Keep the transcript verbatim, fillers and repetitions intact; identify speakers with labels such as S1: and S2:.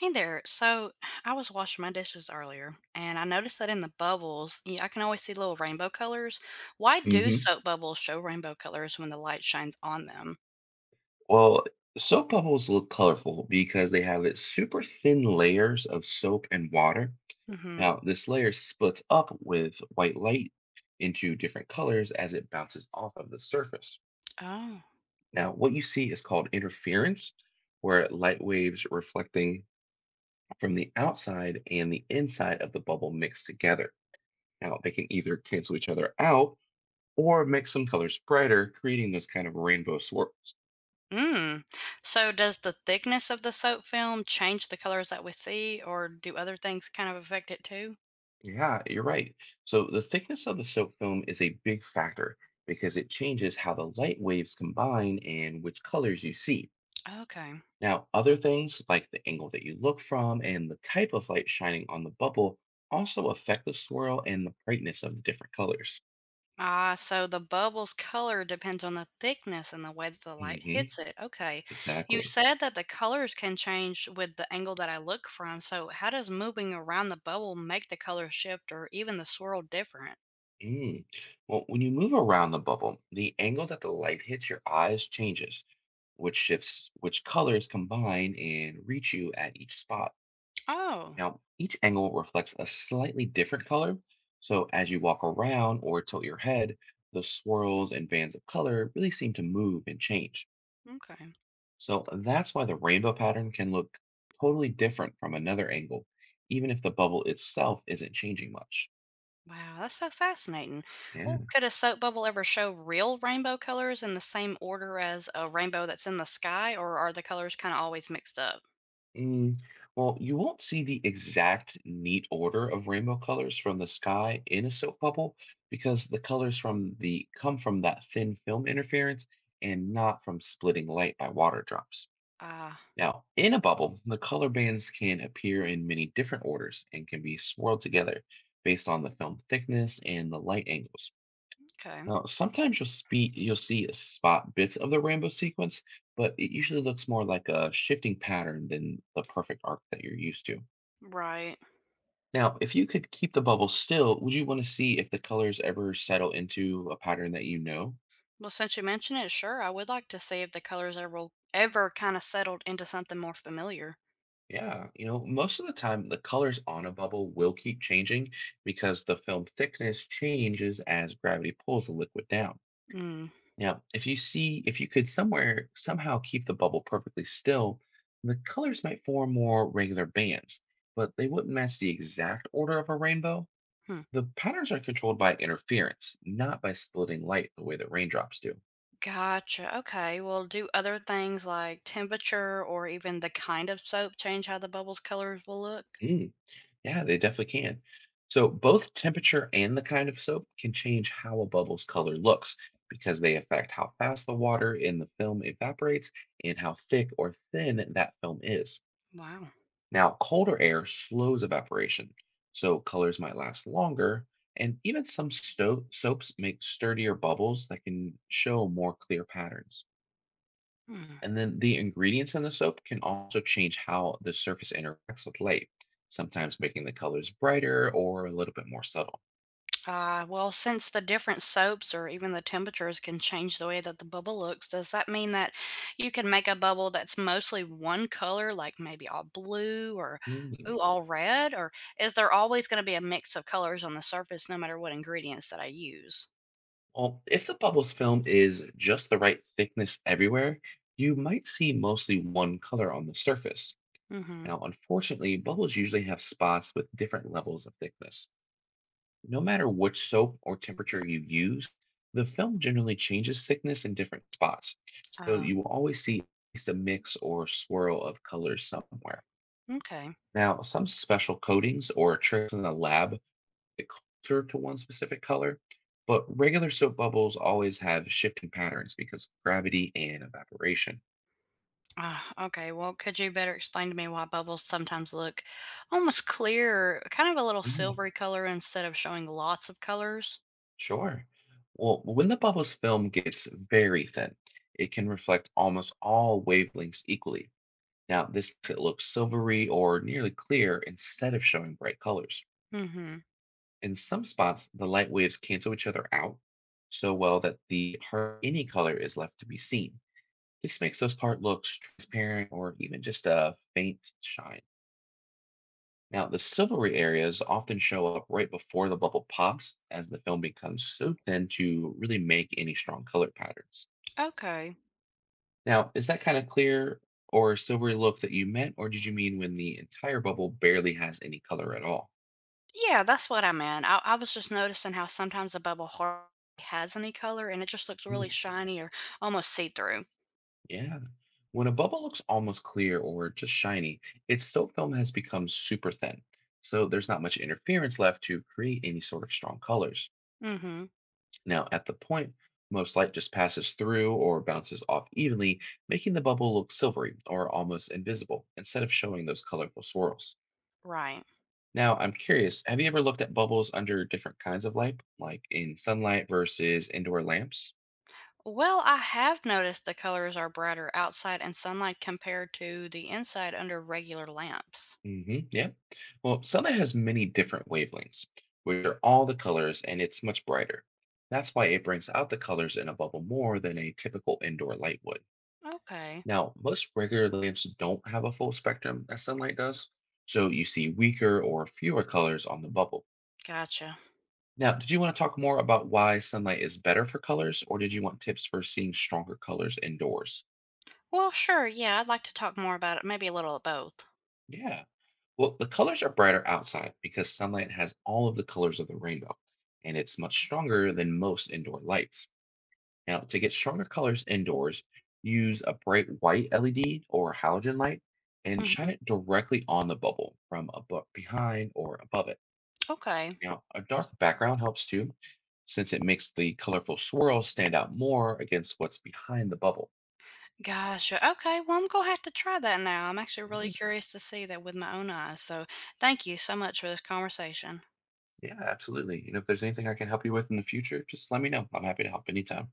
S1: Hey there. So I was washing my dishes earlier and I noticed that in the bubbles, you I can always see little rainbow colors. Why do
S2: hmm
S1: soap bubbles show rainbow colors when the light shines on them?
S2: Well, soap bubbles look colorful because they have its super thin layers of soap and water.
S1: Mm-hmm.
S2: Now, this layer splits up with white light into different colors as it bounces off of the surface.
S1: Oh.
S2: Now, what you see is called interference, where light waves reflecting from the outside and the inside of the bubble mix together. Now, they can either cancel each other out or make some colors brighter, creating those kind of rainbow swirls.
S1: Mm. So does the thickness of the soap film change the colors that we see, or do other things kind of affect it too?
S2: Yeah, you're right. So the thickness of the soap film is a big factor because it changes how the light waves combine and which colors you see.
S1: Okay.
S2: Now, other things like the angle that you look from and the type of light shining on the bubble also affect the swirl and the brightness of the different colors.
S1: Ah, so the bubble's color depends on the thickness and the way that the light
S2: hmm
S1: hits it. Okay. You
S2: Exactly.
S1: said that the colors can change with the angle that I look from. So, how does moving around the bubble make the color shift or even the swirl different?
S2: Mm. Well, when you move around the bubble, the angle that the light hits your eyes changes, which shifts which colors combine and reach you at each spot.
S1: Oh,
S2: Now, each angle reflects a slightly different color, so as you walk around or tilt your head, the swirls and bands of color really seem to move and change.
S1: okay.
S2: So that's why the rainbow pattern can look totally different from another angle, even if the bubble itself isn't changing much.
S1: Wow, that's so fascinating.
S2: Yeah.
S1: Well, could a soap bubble ever show real rainbow colors in the same order as a rainbow that's in the sky, or are the colors kind of always mixed up?
S2: Mm, well, you won't see the exact neat order of rainbow colors from the sky in a soap bubble because the colors from the come from that thin film interference and not from splitting light by water drops.
S1: Ah,
S2: Now, in a bubble, the color bands can appear in many different orders and can be swirled together based on the film thickness and the light angles.
S1: okay.
S2: Now, sometimes you'll speak, you'll see a spot bits of the rainbow sequence, but it usually looks more like a shifting pattern than the perfect arc that you're used to.
S1: Right.
S2: Now, if you could keep the bubble still, would you want to see if the colors ever settle into a pattern that you know?
S1: Well, since you mention it, sure, I would like to see if the colors ever ever kind of settled into something more familiar.
S2: Yeah, you know, most of the time the colors on a bubble will keep changing because the film thickness changes as gravity pulls the liquid down.
S1: Mm,
S2: Now, if you see, if you could somewhere somehow keep the bubble perfectly still, the colors might form more regular bands, but they wouldn't match the exact order of a rainbow.
S1: hmm.
S2: The patterns are controlled by interference, not by splitting light the way that raindrops do.
S1: Gotcha. Okay. Well, do other things like temperature or even the kind of soap change how the bubbles' colors will look?
S2: Mm, yeah, they definitely can. So, both temperature and the kind of soap can change how a bubble's color looks because they affect how fast the water in the film evaporates and how thick or thin that film is.
S1: Wow.
S2: Now, colder air slows evaporation, so colors might last longer, and even some sto- soaps make sturdier bubbles that can show more clear patterns.
S1: Hmm.
S2: And then the ingredients in the soap can also change how the surface interacts with light, sometimes making the colors brighter or a little bit more subtle.
S1: Ah, well, since the different soaps or even the temperatures can change the way that the bubble looks, does that mean that you can make a bubble that's mostly one color, like maybe all blue or ooh,
S2: Mm.
S1: all red? Or is there always going to be a mix of colors on the surface no matter what ingredients that I use?
S2: Well, if the bubbles film is just the right thickness everywhere, you might see mostly one color on the surface.
S1: Mm-hmm.
S2: Now, unfortunately, bubbles usually have spots with different levels of thickness. No matter which soap or temperature you use, the film generally changes thickness in different spots. So
S1: Oh,
S2: you will always see at least a mix or swirl of colors somewhere.
S1: okay.
S2: Now, some special coatings or tricks in the lab get closer to one specific color, but regular soap bubbles always have shifting patterns because of gravity and evaporation.
S1: Ah, okay. Well, could you better explain to me why bubbles sometimes look almost clear, kind of a little silvery color instead of showing lots of colors?
S2: Sure. Well, when the bubble's film gets very thin, it can reflect almost all wavelengths equally. Now, this makes it look silvery or nearly clear instead of showing bright colors.
S1: Mm-hmm.
S2: In some spots, the light waves cancel each other out so well that the hardly any color is left to be seen. This makes those parts look transparent or even just a faint shine. Now, the silvery areas often show up right before the bubble pops as the film becomes so thin to really make any strong color patterns.
S1: Okay.
S2: Now, is that kind of clear or silvery look that you meant, or did you mean when the entire bubble barely has any color at all?
S1: Yeah, that's what I meant. I, I was just noticing how sometimes a bubble hardly has any color and it just looks really
S2: Mm,
S1: shiny or almost see through.
S2: yeah. When a bubble looks almost clear or just shiny, its still film has become super thin, so there's not much interference left to create any sort of strong colors.
S1: Mm hmm.
S2: Now, at the point, most light just passes through or bounces off evenly, making the bubble look silvery or almost invisible instead of showing those colorful swirls.
S1: Right.
S2: Now, I'm curious, have you ever looked at bubbles under different kinds of light, like in sunlight versus indoor lamps?
S1: Well, I have noticed the colors are brighter outside in sunlight compared to the inside under regular lamps.
S2: Hmm yeah. Well, sunlight has many different wavelengths, which are all the colors, and it's much brighter. That's why it brings out the colors in a bubble more than a typical indoor light would.
S1: Okay.
S2: Now, most regular lamps don't have a full spectrum that sunlight does, so you see weaker or fewer colors on the bubble.
S1: Gotcha.
S2: Now, did you want to talk more about why sunlight is better for colors, or did you want tips for seeing stronger colors indoors?
S1: Well, sure. Yeah, I'd like to talk more about it. Maybe a little of both.
S2: Yeah. Well, the colors are brighter outside because sunlight has all of the colors of the rainbow, and it's much stronger than most indoor lights. Now, to get stronger colors indoors, use a bright white L E D or halogen light and
S1: Mm-hmm.
S2: shine it directly on the bubble from above, behind or above it.
S1: Okay.
S2: Now, a dark background helps too, since it makes the colorful swirls stand out more against what's behind the bubble.
S1: Gotcha. Okay. Well, I'm going to have to try that now. I'm actually really
S2: Yeah,
S1: curious to see that with my own eyes. So thank you so much for this conversation.
S2: yeah, absolutely. And if there's anything I can help you with in the future, just let me know. I'm happy to help anytime.